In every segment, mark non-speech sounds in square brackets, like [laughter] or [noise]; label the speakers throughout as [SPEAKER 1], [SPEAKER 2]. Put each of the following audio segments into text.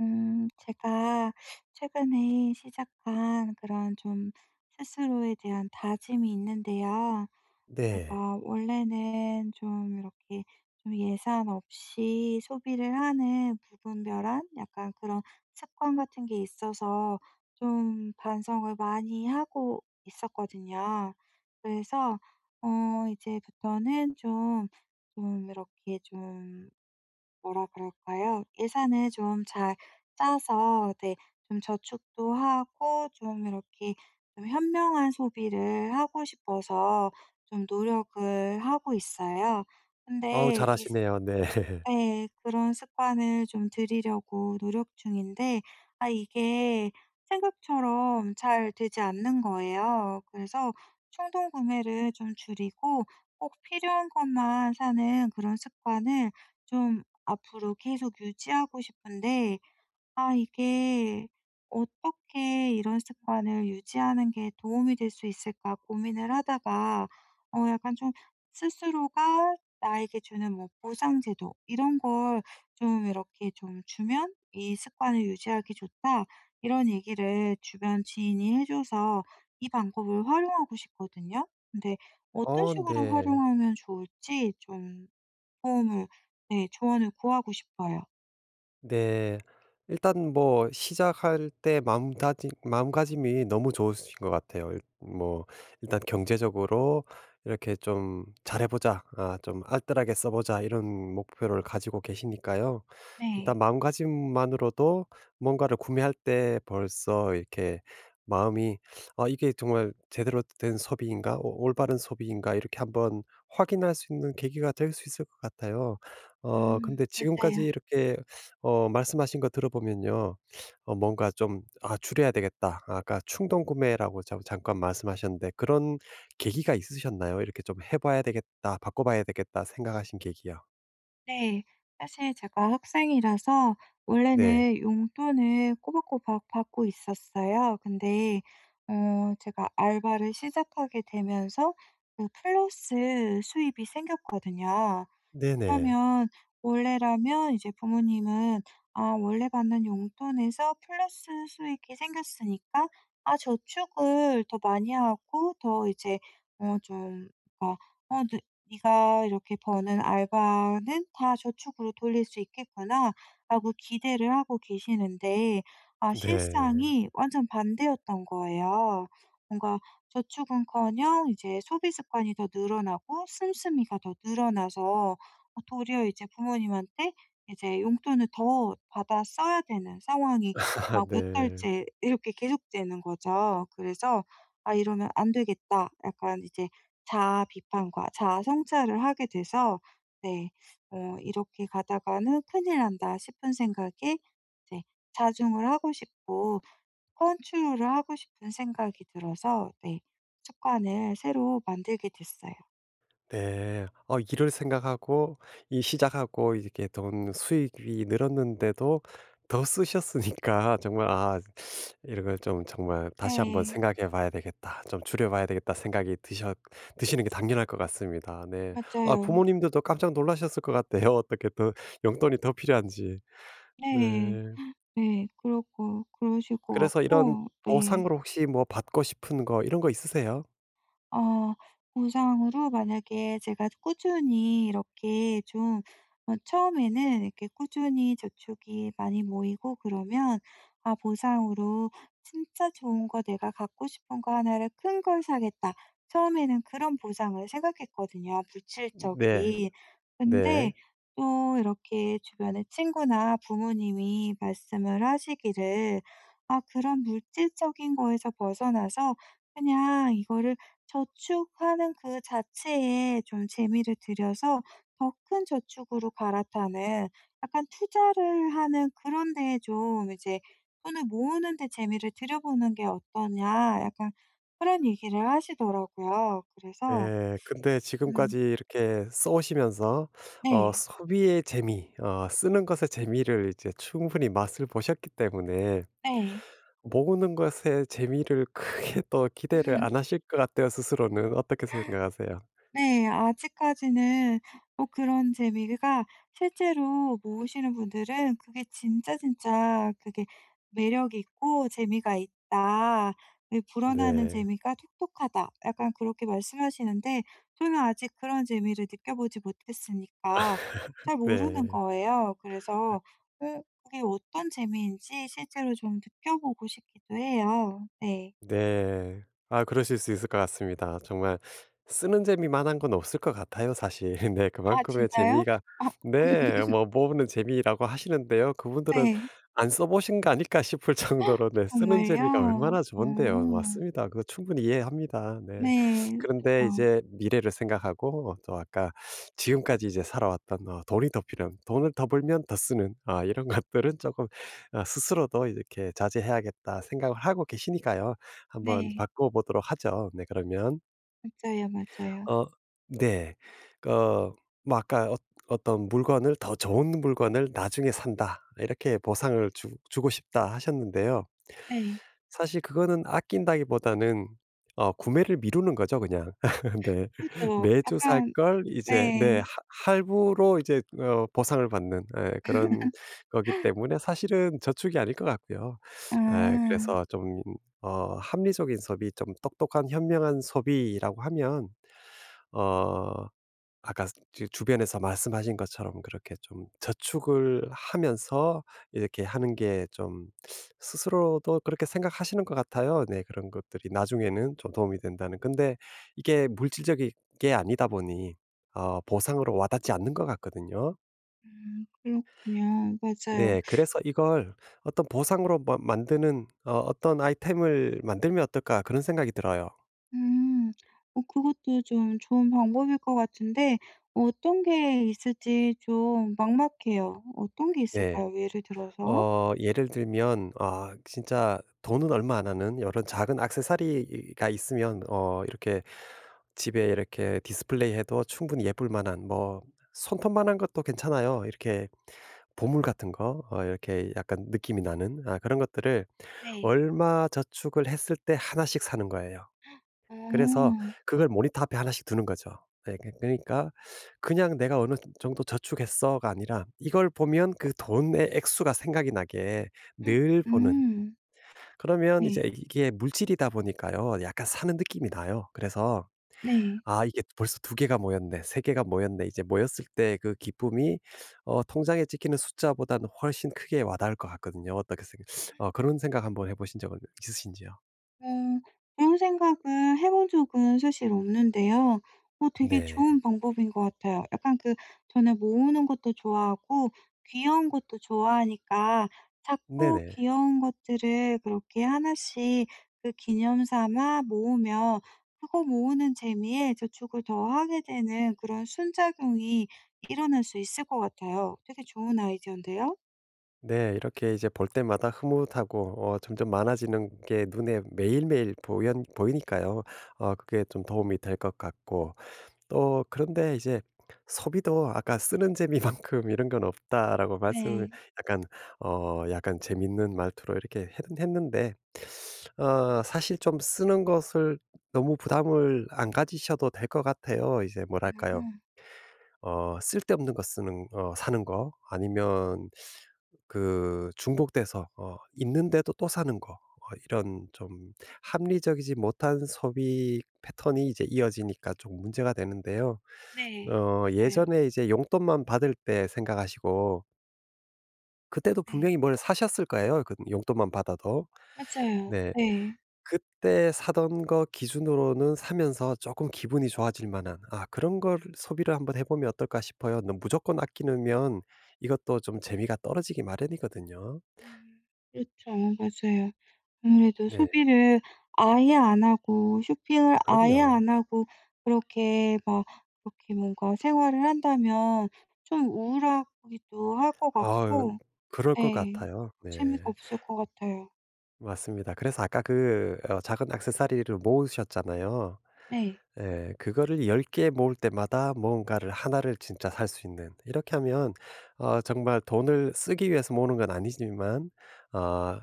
[SPEAKER 1] 제가 최근에 시작한 그런 좀 스스로에 대한 다짐이 있는데요.
[SPEAKER 2] 네.
[SPEAKER 1] 제가 원래는 좀 이렇게 좀 예산 없이 소비를 하는 무분별한 약간 그런 습관 같은 게 있어서 좀 반성을 많이 하고 있었거든요. 그래서, 이제부터는 좀, 좀 이렇게 좀 뭐라 그럴까요? 예산을 좀 잘 짜서 네 좀 저축도 하고 좀 이렇게 좀 현명한 소비를 하고 싶어서 좀 노력을 하고 있어요.
[SPEAKER 2] 어우
[SPEAKER 1] 근데 이
[SPEAKER 2] 잘하시네요. 네. [laughs]
[SPEAKER 1] 네, 그런 습관을 좀 들이려고 노력 중인데 아 이게 생각처럼 잘 되지 않는 거예요. 그래서 충동 구매를 좀 줄이고 꼭 필요한 것만 사는 그런 습관을 좀 앞으로 계속 유지하고 싶은데 아, 이게 어떻게 이런 습관을 유지하는 게 도움이 될 수 있을까 고민을 하다가 약간 좀 스스로가 나에게 주는 뭐 보상 제도 이런 걸 좀 이렇게 좀 주면 '이 습관을 유지하기 좋다.' 이런 얘기를 주변 지인이 해 줘서 이 방법을 활용하고 싶거든요. 근데 어떤 식으로
[SPEAKER 2] 네.
[SPEAKER 1] 활용하면 좋을지 좀 도움을 네 조언을 구하고 싶어요.
[SPEAKER 2] 네. 일단 뭐 시작할 때 마음다짐 마음가짐이 너무 좋으신 것 같아요. 일 뭐 일단 경제적으로 이렇게 좀 '잘해 보자. 아 좀 알뜰하게 써 보자.' 이런 목표를 가지고 계시니까요. 일단
[SPEAKER 1] 네.
[SPEAKER 2] 마음가짐만으로도 뭔가를 구매할 때 벌써 이렇게 마음이 '아 이게 정말 제대로 된 소비인가? 오 올바른 소비인가?' 이렇게 한번 확인할 수 있는 계기가 될 수 있을 것 같아요. 근데 지금까지
[SPEAKER 1] 맞아요.
[SPEAKER 2] 이렇게 말씀하신 거 들어보면요. 뭔가 좀 '아 줄여야 되겠다.' 아까 충동 구매라고 자 잠깐 말씀하셨는데 그런 계기가 있으셨나요? 이렇게 좀 '해 봐야 되겠다. 바꿔 봐야 되겠다.' 생각하신 계기요.
[SPEAKER 1] 네. 사실 제가 학생이라서
[SPEAKER 2] 네.
[SPEAKER 1] 원래는 용돈을 꼬박꼬박 받고 있었어요. 근데 제가 알바를 시작하게 되면서 그 플러스 수입이 생겼거든요.
[SPEAKER 2] 네 네.
[SPEAKER 1] 그러면 원래라면 이제 부모님은 '아 원래 받는 용돈에서 플러스 수익이 생겼으니까 아 저축을 더 많이 하고 더 이제 어 좀 그러니까 어 네 네가 이렇게 버는 알바는 다 저축으로 돌릴 수 있겠구나.'라고 기대를 하고 계시는데 아
[SPEAKER 2] 네.
[SPEAKER 1] 실상이 완전 반대였던 거예요. 뭔가 저축은커녕 이제 소비 습관이 더 늘어나고 씀씀이가 더 늘어나서 도리어 이제 부모님한테 이제 용돈을 더 받아 써야 되는 상황이
[SPEAKER 2] [laughs]
[SPEAKER 1] 막 몇
[SPEAKER 2] 네.
[SPEAKER 1] 달째 이렇게 계속되는 거죠. 그래서 '아 이러면 안 되겠다.' 약간 이제 자아 비판과 자아 성찰을 하게 돼서 네 어 '이렇게 가다가는 큰일 난다.' 싶은 생각에 이제 자중을 하고 싶고 컨트롤을 하고 싶은 생각이 들어서 네 습관을 새로 만들게 됐어요.
[SPEAKER 2] 네. 일을 생각하고 이 시작하고 이렇게 돈 수익이 늘었는데도 더 쓰셨으니까 [laughs] 정말 '아 이런 걸 좀 정말 다시 한번
[SPEAKER 1] 네.
[SPEAKER 2] 생각해 봐야 되겠다. 좀 줄여 봐야 되겠다.' 생각이 드셨 드시는 게 당연할 것 같습니다. 네. 아
[SPEAKER 1] 맞아요.
[SPEAKER 2] 부모님들도 깜짝 놀라셨을 것 같아요. [laughs] 어떻게 더 용돈이 더 필요한지.
[SPEAKER 1] 네.
[SPEAKER 2] 네.
[SPEAKER 1] 네. 그러고 그러실 것
[SPEAKER 2] 그래서 이런
[SPEAKER 1] 같고 네.
[SPEAKER 2] 보상으로 혹시 뭐 받고 싶은 거 이런 거 있으세요?
[SPEAKER 1] 어 보상으로 만약에 제가 꾸준히 이렇게 좀 처음에는 이렇게 꾸준히 저축이 많이 모이고 그러면 아 보상으로 '진짜 좋은 거 내가 갖고 싶은 거 하나를 큰 걸 사겠다.' 처음에는 그런 보상을 생각했거든요,
[SPEAKER 2] 네.
[SPEAKER 1] 물질적인. 근데
[SPEAKER 2] 네.
[SPEAKER 1] 네. 또 이렇게 주변에 친구나 부모님이 말씀을 하시기를 "아 그런 물질적인 거에서 벗어나서 그냥 이거를 저축하는 그 자체에 좀 재미를 들여서 더 큰 저축으로 갈아타는 약간 투자를 하는 그런 데에 좀 이제 '돈을 모으는 데 재미를 들여보는 게 어떠냐.' 약간 그런 얘기를 하시더라고요. 그래서
[SPEAKER 2] 예. 근데
[SPEAKER 1] 음.
[SPEAKER 2] 지금까지 이렇게 써 오시면서
[SPEAKER 1] 네.
[SPEAKER 2] 소비의 재미 쓰는 것의 재미를 이제 충분히 맛을 보셨기 때문에
[SPEAKER 1] 네.
[SPEAKER 2] 모으는 것의 재미를 크게 [laughs] 또 기대를 안 하실 것 같아요 스스로는. 어떻게 생각하세요?
[SPEAKER 1] 네. 아직까지는 뭐 그런 재미가 실제로 모으시는 분들은 그게 진짜 진짜 그게 매력이 있고 재미가 있다. 그 불어나는
[SPEAKER 2] 네.
[SPEAKER 1] 재미가 톡톡하다. 약간 그렇게 말씀하시는데 저는 아직 그런 재미를 느껴보지 못했으니까
[SPEAKER 2] [laughs]
[SPEAKER 1] 잘 모르는
[SPEAKER 2] 네.
[SPEAKER 1] 거예요. 그래서 그게 어떤 재미인지 실제로 좀 느껴보고 싶기도 해요. 네.
[SPEAKER 2] 네. 아 그러실 수 있을 것 같습니다. 정말 쓰는 재미만 한 건 없을 것 같아요 사실. [laughs] 네.
[SPEAKER 1] 아
[SPEAKER 2] 그만큼의
[SPEAKER 1] 진짜요?
[SPEAKER 2] 재미가
[SPEAKER 1] 어.
[SPEAKER 2] 네
[SPEAKER 1] [laughs]
[SPEAKER 2] 뭐 모으는 재미라고 하시는데요. 그분들은
[SPEAKER 1] 네.
[SPEAKER 2] '안 써 보신 거 아닐까?' 싶을 [laughs] 정도로 네 쓰는 재미가
[SPEAKER 1] 정말요?
[SPEAKER 2] 얼마나
[SPEAKER 1] 어.
[SPEAKER 2] 좋은데요. 맞습니다. 그거 충분히 이해합니다. 네.
[SPEAKER 1] 네.
[SPEAKER 2] 그런데
[SPEAKER 1] 그죠.
[SPEAKER 2] 이제 미래를 생각하고 또 아까 지금까지 이제 살아왔던 어 돈이 더 필요한 돈을 더 벌면 더 쓰는 아 이런 것들은 조금 스스로도 이렇게 자제해야겠다 생각을 하고 계시니까요. 한번
[SPEAKER 1] 네.
[SPEAKER 2] 바꿔 보도록 하죠. 네 그러면
[SPEAKER 1] 맞아요, 맞아요.
[SPEAKER 2] 어 네. 어 뭐 아까 어떤 물건을 '더 좋은 물건을 나중에 산다.' 이렇게 보상을 주 주고 싶다 하셨는데요.
[SPEAKER 1] 네.
[SPEAKER 2] 사실 그거는 아낀다기보다는 구매를 미루는 거죠 그냥. [laughs] 네.
[SPEAKER 1] 그죠.
[SPEAKER 2] 매주 살
[SPEAKER 1] 약간
[SPEAKER 2] 걸 이제 네 하
[SPEAKER 1] 네.
[SPEAKER 2] 할부로 이제 보상을 받는 예 그런 거기 때문에 사실은 저축이 아닐 것 같고요. 예
[SPEAKER 1] 아.
[SPEAKER 2] 그래서 좀 합리적인 소비 좀 똑똑한 현명한 소비라고 하면 어 아까 지 주변에서 말씀하신 것처럼 그렇게 좀 저축을 하면서 이렇게 하는 게 좀 스스로도 그렇게 생각하시는 것 같아요. 네 그런 것들이 나중에는 좀 도움이 된다는. 근데 이게 물질적인 게 아니다 보니 보상으로 와닿지 않는 것 같거든요.
[SPEAKER 1] 그렇군요. 맞아요.
[SPEAKER 2] 네. 그래서 이걸 어떤 '보상으로 마 만드는 어떤 아이템을 만들면 어떨까.' 그런 생각이 들어요.
[SPEAKER 1] 음. 그것도 좀 좋은 방법일 것 같은데 어떤 게 있을지 좀 막막해요. 어떤 게
[SPEAKER 2] 네.
[SPEAKER 1] 있을까요? 예를 들어서?
[SPEAKER 2] 예를 들면 아 진짜 돈은 얼마 안 하는 이런 작은 액세서리가 있으면 이렇게 집에 이렇게 디스플레이해도 충분히 예쁠 만한 뭐 손톱만한 것도 괜찮아요. 이렇게 보물 같은 거 이렇게 약간 느낌이 나는 아 그런 것들을
[SPEAKER 1] 네.
[SPEAKER 2] 얼마 저축을 했을 때 하나씩 사는 거예요. 그래서
[SPEAKER 1] 어.
[SPEAKER 2] 그걸 모니터 앞에 하나씩 두는 거죠. 네, 그러니까 그냥 '내가 어느 정도 저축했어.'가 아니라 이걸 보면 그 돈의 액수가 생각이 나게 늘 보는.
[SPEAKER 1] 음.
[SPEAKER 2] 그러면 이제
[SPEAKER 1] 네.
[SPEAKER 2] 이게 물질이다 보니까요. 약간 사는 느낌이 나요. 그래서
[SPEAKER 1] 네.
[SPEAKER 2] '아 이게 벌써 두 개가 모였네. 세 개가 모였네.' 이제 모였을 때 그 기쁨이 통장에 찍히는 숫자보다는 훨씬 크게 와닿을 것 같거든요. 어떻게 생각 어 그런 생각 한번 해 보신 적은 있으신지요?
[SPEAKER 1] 음. 그런 생각은 해본 적은 사실 없는데요. 되게
[SPEAKER 2] 네.
[SPEAKER 1] 좋은 방법인 것 같아요. 약간 그 저는 모으는 것도 좋아하고 귀여운 것도 좋아하니까 작고
[SPEAKER 2] 네네.
[SPEAKER 1] 귀여운 것들을 그렇게 하나씩 그 기념 삼아 모으면 그거 모으는 재미에 저축을 더 하게 되는 그런 순작용이 일어날 수 있을 것 같아요. 되게 좋은 아이디어인데요.
[SPEAKER 2] 네. 이렇게 이제 볼 때마다 흐뭇하고 점점 많아지는 게 눈에 매일매일 보연 보이니까요. 그게 좀 도움이 될 것 같고 또 그런데 이제 소비도 아까 '쓰는 재미만큼 이런 건 없다.'라고 말씀을
[SPEAKER 1] 네.
[SPEAKER 2] 약간 약간 재밌는 말투로 이렇게 했 했는데 사실 좀 쓰는 것을 너무 부담을 안 가지셔도 될 것 같아요. 이제 뭐랄까요?
[SPEAKER 1] 아.
[SPEAKER 2] 쓸데없는 거 쓰는 어 사는 거 아니면 그 중복돼서 있는데도 또 사는 거 이런 좀 합리적이지 못한 소비 패턴이 이제 이어지니까 좀 문제가 되는데요.
[SPEAKER 1] 네. 맞아요.
[SPEAKER 2] 예전에 이제 용돈만 받을 때 생각하시고 그때도
[SPEAKER 1] 네.
[SPEAKER 2] 분명히 뭘 사셨을 거예요, 그 용돈만 받아도.
[SPEAKER 1] 맞아요.
[SPEAKER 2] 네.
[SPEAKER 1] 네.
[SPEAKER 2] 그때 사던 거 기준으로는 사면서 조금 기분이 좋아질 만한 '아 그런 걸 소비를 한번 해 보면 어떨까?' 싶어요. 너무 무조건 아끼면 이것도 좀 재미가 떨어지기 마련이거든요.
[SPEAKER 1] 음. 그렇죠. 맞아요. 아무래도
[SPEAKER 2] 네.
[SPEAKER 1] 소비를 아예 안 하고 쇼핑을 아예
[SPEAKER 2] 그럼요.
[SPEAKER 1] 안 하고 그렇게 막 그렇게 뭔가 생활을 한다면 좀 우울하기도 할 것
[SPEAKER 2] 아유
[SPEAKER 1] 같고
[SPEAKER 2] 그럴 것
[SPEAKER 1] 네.
[SPEAKER 2] 같아요. 네.
[SPEAKER 1] 재미가 없을 것 같아요.
[SPEAKER 2] 맞습니다. 그래서 아까 그 작은 액세서리를 모으셨잖아요.
[SPEAKER 1] 네.
[SPEAKER 2] 예. 그거를 10개 모을 때마다 뭔가를 하나를 진짜 살 수 있는 이렇게 하면 정말 돈을 쓰기 위해서 모으는 건 아니지만 어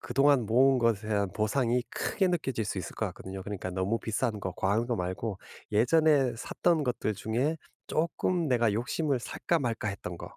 [SPEAKER 2] 그동안 모은 것에 대한 보상이 크게 느껴질 수 있을 것 같거든요. 그러니까 너무 비싼 거, 과한 거 말고 예전에 샀던 것들 중에 조금 내가 욕심을 살까 말까 했던 거.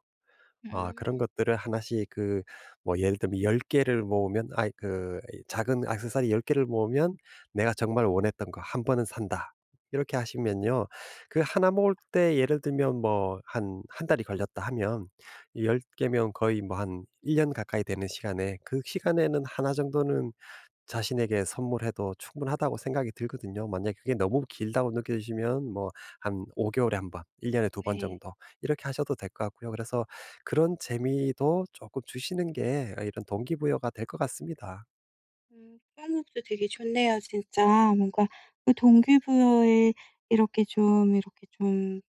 [SPEAKER 2] 아 그런
[SPEAKER 1] 음.
[SPEAKER 2] 것들을 하나씩 그 뭐 예를 들면 10 개를 모으면 아이 그 작은 액세서리 10 개를 모으면 '내가 정말 원했던 거 한 번은 산다.' 이렇게 하시면요. 그 하나 모을 때 예를 들면 뭐 한 한 달이 걸렸다 하면 10 개면 거의 뭐 한 1년 가까이 되는 시간에 그 시간에는 하나 정도는 자신에게 선물해도 충분하다고 생각이 들거든요. 만약에 그게 너무 길다고 느껴지시면 뭐 한 5 개월에 한 번, 1 년에 두 번
[SPEAKER 1] 네.
[SPEAKER 2] 정도 이렇게 하셔도 될 것 같고요. 그래서 그런 재미도 조금 주시는 게 아 이런 동기부여가 될 것 같습니다.
[SPEAKER 1] 음. 쌀국수 되게 좋네요 진짜. 뭔가 그 동기부여에 이렇게 좀 이렇게 좀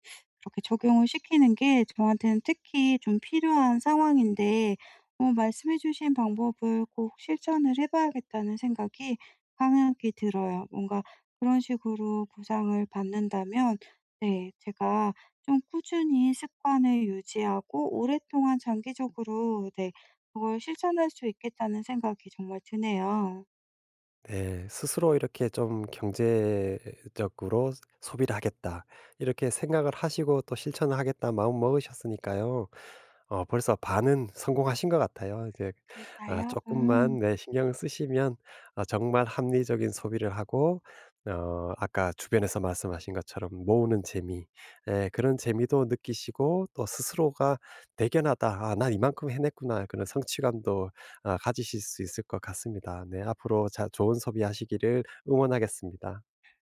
[SPEAKER 1] 이렇게 적용을 시키는 게 저한테는 특히 좀 필요한 상황인데 말씀해 주신 방법을 꼭 실천을 해 봐야겠다는 생각이 강하게 들어요. 뭔가 그런 식으로 보상을 받는다면 네 제가 좀 꾸준히 습관을 유지하고 오랫동안 장기적으로 네 그걸 실천할 수 있겠다는 생각이 정말 드네요.
[SPEAKER 2] 네. 스스로 이렇게 좀 '경제적으로 소비를 하겠다.' 이렇게 생각을 하시고 또 '실천을 하겠다.' 마음먹으셨으니까요. 벌써 반은 성공하신 것 같아요. 이제 아
[SPEAKER 1] 진짜요?
[SPEAKER 2] 쪼만
[SPEAKER 1] 음.
[SPEAKER 2] 네 신경을 쓰시면 아 정말 합리적인 소비를 하고 아까 주변에서 말씀하신 것처럼 모으는 재미 예 그런 재미도 느끼시고 또 스스로가 '대견하다. 아 난 이만큼 해냈구나.' 그런 성취감도 아 가지실 수 있을 것 같습니다. 네 앞으로 자 좋은 소비하시기를 응원하겠습니다.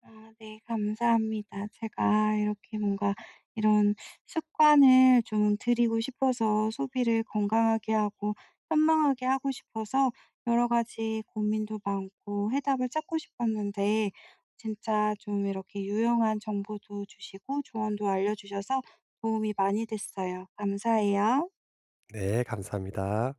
[SPEAKER 1] 아 네 감사합니다. 제가 이렇게 뭔가 이런 습관을 좀 드리고 싶어서 소비를 건강하게 하고 현명하게 하고 싶어서 여러 가지 고민도 많고 해답을 찾고 싶었는데 진짜 좀 이렇게 유용한 정보도 주시고 조언도 알려 주셔서 도움이 많이 됐어요. 감사해요.
[SPEAKER 2] 네 감사합니다.